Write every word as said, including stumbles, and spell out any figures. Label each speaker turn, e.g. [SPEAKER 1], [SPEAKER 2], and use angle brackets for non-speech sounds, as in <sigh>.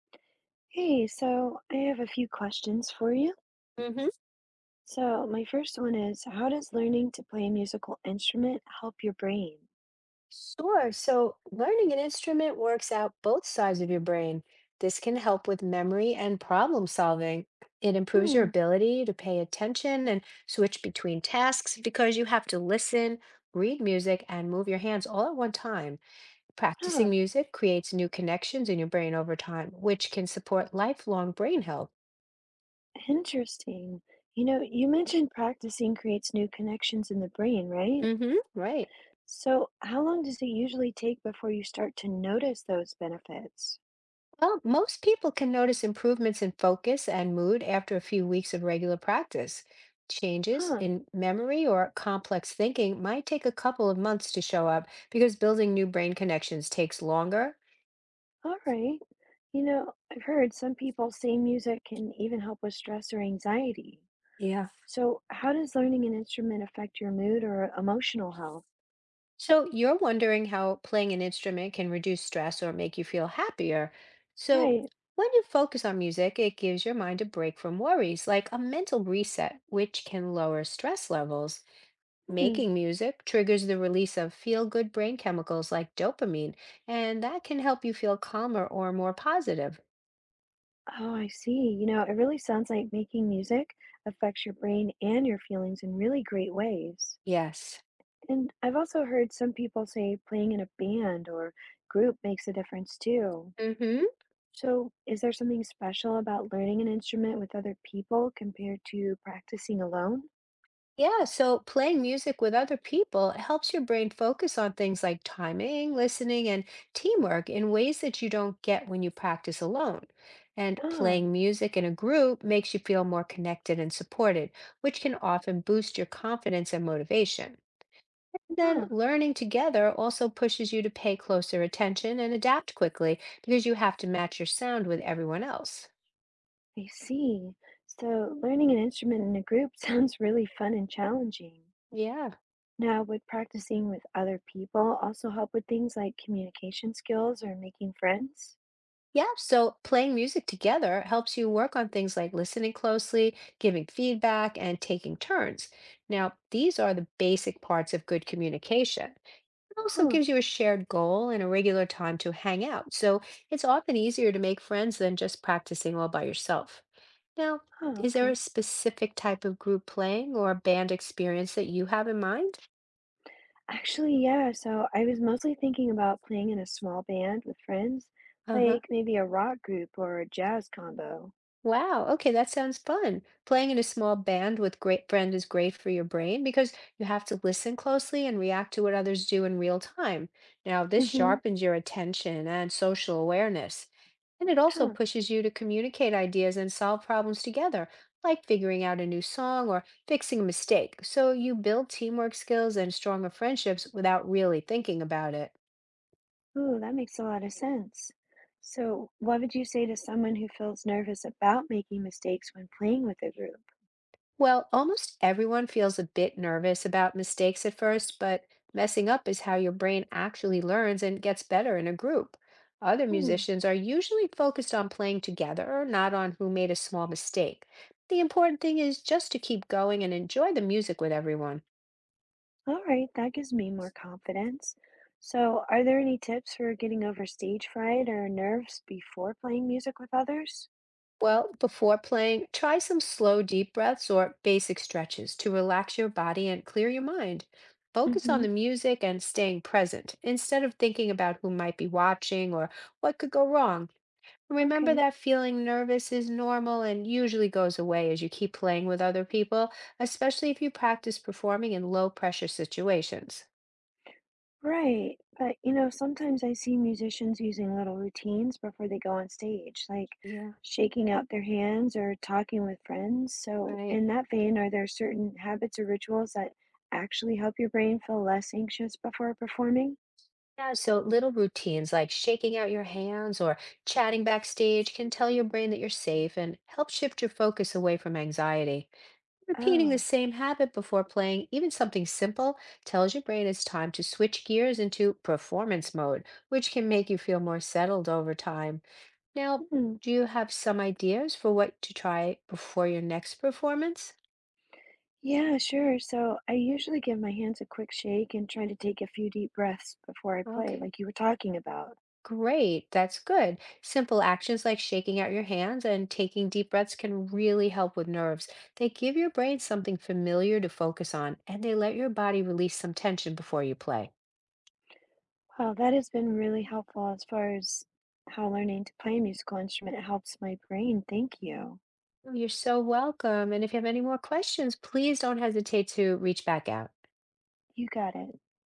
[SPEAKER 1] Hey, so I have a few questions for you.
[SPEAKER 2] Mm-hmm.
[SPEAKER 1] So, my first one is, how does learning to play a musical instrument help your brain?
[SPEAKER 2] Sure. So, learning an instrument works out both sides of your brain. This can help with memory and problem solving. It improves your
[SPEAKER 1] Hmm.
[SPEAKER 2] ability to pay attention and switch between tasks because you have to listen, read music, and move your hands all at one time. Practicing
[SPEAKER 1] Huh,
[SPEAKER 2] music creates new connections in your brain over time, which can support lifelong brain health.
[SPEAKER 1] interesting. You know, you mentioned practicing creates new connections in the brain, right?
[SPEAKER 2] Mm-hmm. Right.
[SPEAKER 1] So, how long does it usually take before you start to notice those benefits?
[SPEAKER 2] Well, most people can notice improvements in focus and mood after a few weeks of regular practice. Changes
[SPEAKER 1] Huh,
[SPEAKER 2] in memory or complex thinking might take a couple of months to show up because building new brain connections takes longer.
[SPEAKER 1] all right. You know, I've heard some people say music can even help with stress or anxiety.
[SPEAKER 2] Yeah.
[SPEAKER 1] So, how does learning an instrument affect your mood or emotional health?
[SPEAKER 2] So, you're wondering how playing an instrument can reduce stress or make you feel happier. So,
[SPEAKER 1] Right.
[SPEAKER 2] when you focus on music, it gives your mind a break from worries, like a mental reset, which can lower stress levels.
[SPEAKER 1] Hmm.
[SPEAKER 2] Making music triggers the release of feel good brain chemicals like dopamine, and that can help you feel calmer or more positive.
[SPEAKER 1] Oh, I see. You know, it really sounds like making music affects your brain and your feelings in really great ways.
[SPEAKER 2] Yes.
[SPEAKER 1] And I've also heard some people say playing in a band or group makes a difference too.
[SPEAKER 2] Mm-hmm.
[SPEAKER 1] So, is there something special about learning an instrument with other people compared to practicing alone?
[SPEAKER 2] Yeah, so playing music with other people helps your brain focus on things like timing, listening, and teamwork in ways that you don't get when you practice alone. And
[SPEAKER 1] Ah.
[SPEAKER 2] playing music in a group makes you feel more connected and supported, which can often boost your confidence and motivation. Then
[SPEAKER 1] Ah,
[SPEAKER 2] learning together also pushes you to pay closer attention and adapt quickly because you have to match your sound with everyone else.
[SPEAKER 1] I see. So, learning an instrument in a group <laughs> sounds really fun and challenging.
[SPEAKER 2] Yeah.
[SPEAKER 1] Now, would practicing with other people also help with things like communication skills or making friends?
[SPEAKER 2] Yeah, so playing music together helps you work on things like listening closely, giving feedback, and taking turns. Now, these are the basic parts of good communication. It also
[SPEAKER 1] Huh.
[SPEAKER 2] gives you a shared goal and a regular time to hang out. So it's often easier to make friends than just practicing all by yourself. Now,
[SPEAKER 1] Huh,
[SPEAKER 2] is there a
[SPEAKER 1] okay.
[SPEAKER 2] specific type of group playing or band experience that you have in mind?
[SPEAKER 1] Actually, yeah, so I was mostly thinking about playing in a small band with friends,
[SPEAKER 2] Uh-huh.
[SPEAKER 1] like maybe a rock group or a jazz combo.
[SPEAKER 2] Wow. Okay, that sounds fun. Playing in a small band with great friend is great for your brain because you have to listen closely and react to what others do in real time. Now, this
[SPEAKER 1] Mm-hmm.
[SPEAKER 2] sharpens your attention and social awareness. And it also
[SPEAKER 1] Huh.
[SPEAKER 2] pushes you to communicate ideas and solve problems together, like figuring out a new song or fixing a mistake. So you build teamwork skills and stronger friendships without really thinking about it.
[SPEAKER 1] Ooh, that makes a lot of sense. So, what would you say to someone who feels nervous about making mistakes when playing with a group?
[SPEAKER 2] Well, almost everyone feels a bit nervous about mistakes at first, but messing up is how your brain actually learns and gets better in a group. Other
[SPEAKER 1] Hmm.
[SPEAKER 2] musicians are usually focused on playing together, not on who made a small mistake. The important thing is just to keep going and enjoy the music with everyone.
[SPEAKER 1] All right, that gives me more confidence. So, are there any tips for getting over stage fright or nerves before playing music with others?
[SPEAKER 2] Well, before playing, try some slow, deep breaths or basic stretches to relax your body and clear your mind. Focus on
[SPEAKER 1] Mm-hmm.
[SPEAKER 2] the music and staying present instead of thinking about who might be watching or what could go wrong. Remember
[SPEAKER 1] Okay,
[SPEAKER 2] that feeling nervous is normal and usually goes away as you keep playing with other people, especially if you practice performing in low pressure situations.
[SPEAKER 1] right. But you know, sometimes I see musicians using little routines before they go on stage, like
[SPEAKER 2] Yeah.
[SPEAKER 1] shaking out their hands or talking with friends. So,
[SPEAKER 2] Right.
[SPEAKER 1] in that vein, are there certain habits or rituals that actually help your brain feel less anxious before performing?
[SPEAKER 2] Yeah, so little routines like shaking out your hands or chatting backstage can tell your brain that you're safe and help shift your focus away from anxiety. Repeating the
[SPEAKER 1] Oh.
[SPEAKER 2] same habit before playing, even something simple, tells your brain it's time to switch gears into performance mode, which can make you feel more settled over time. Now,
[SPEAKER 1] Hmm.
[SPEAKER 2] do you have some ideas for what to try before your next performance?
[SPEAKER 1] Yeah, sure. So I usually give my hands a quick shake and try to take a few deep breaths before I play,
[SPEAKER 2] Okay.
[SPEAKER 1] like you were talking about.
[SPEAKER 2] Great, that's good. Simple actions like shaking out your hands and taking deep breaths can really help with nerves. They give your brain something familiar to focus on, and they let your body release some tension before you play.
[SPEAKER 1] Wow, that has been really helpful as far as how learning to play a musical instrument helps my brain. Thank you.
[SPEAKER 2] You're so welcome. And if you have any more questions, please don't hesitate to reach back out.
[SPEAKER 1] You got it.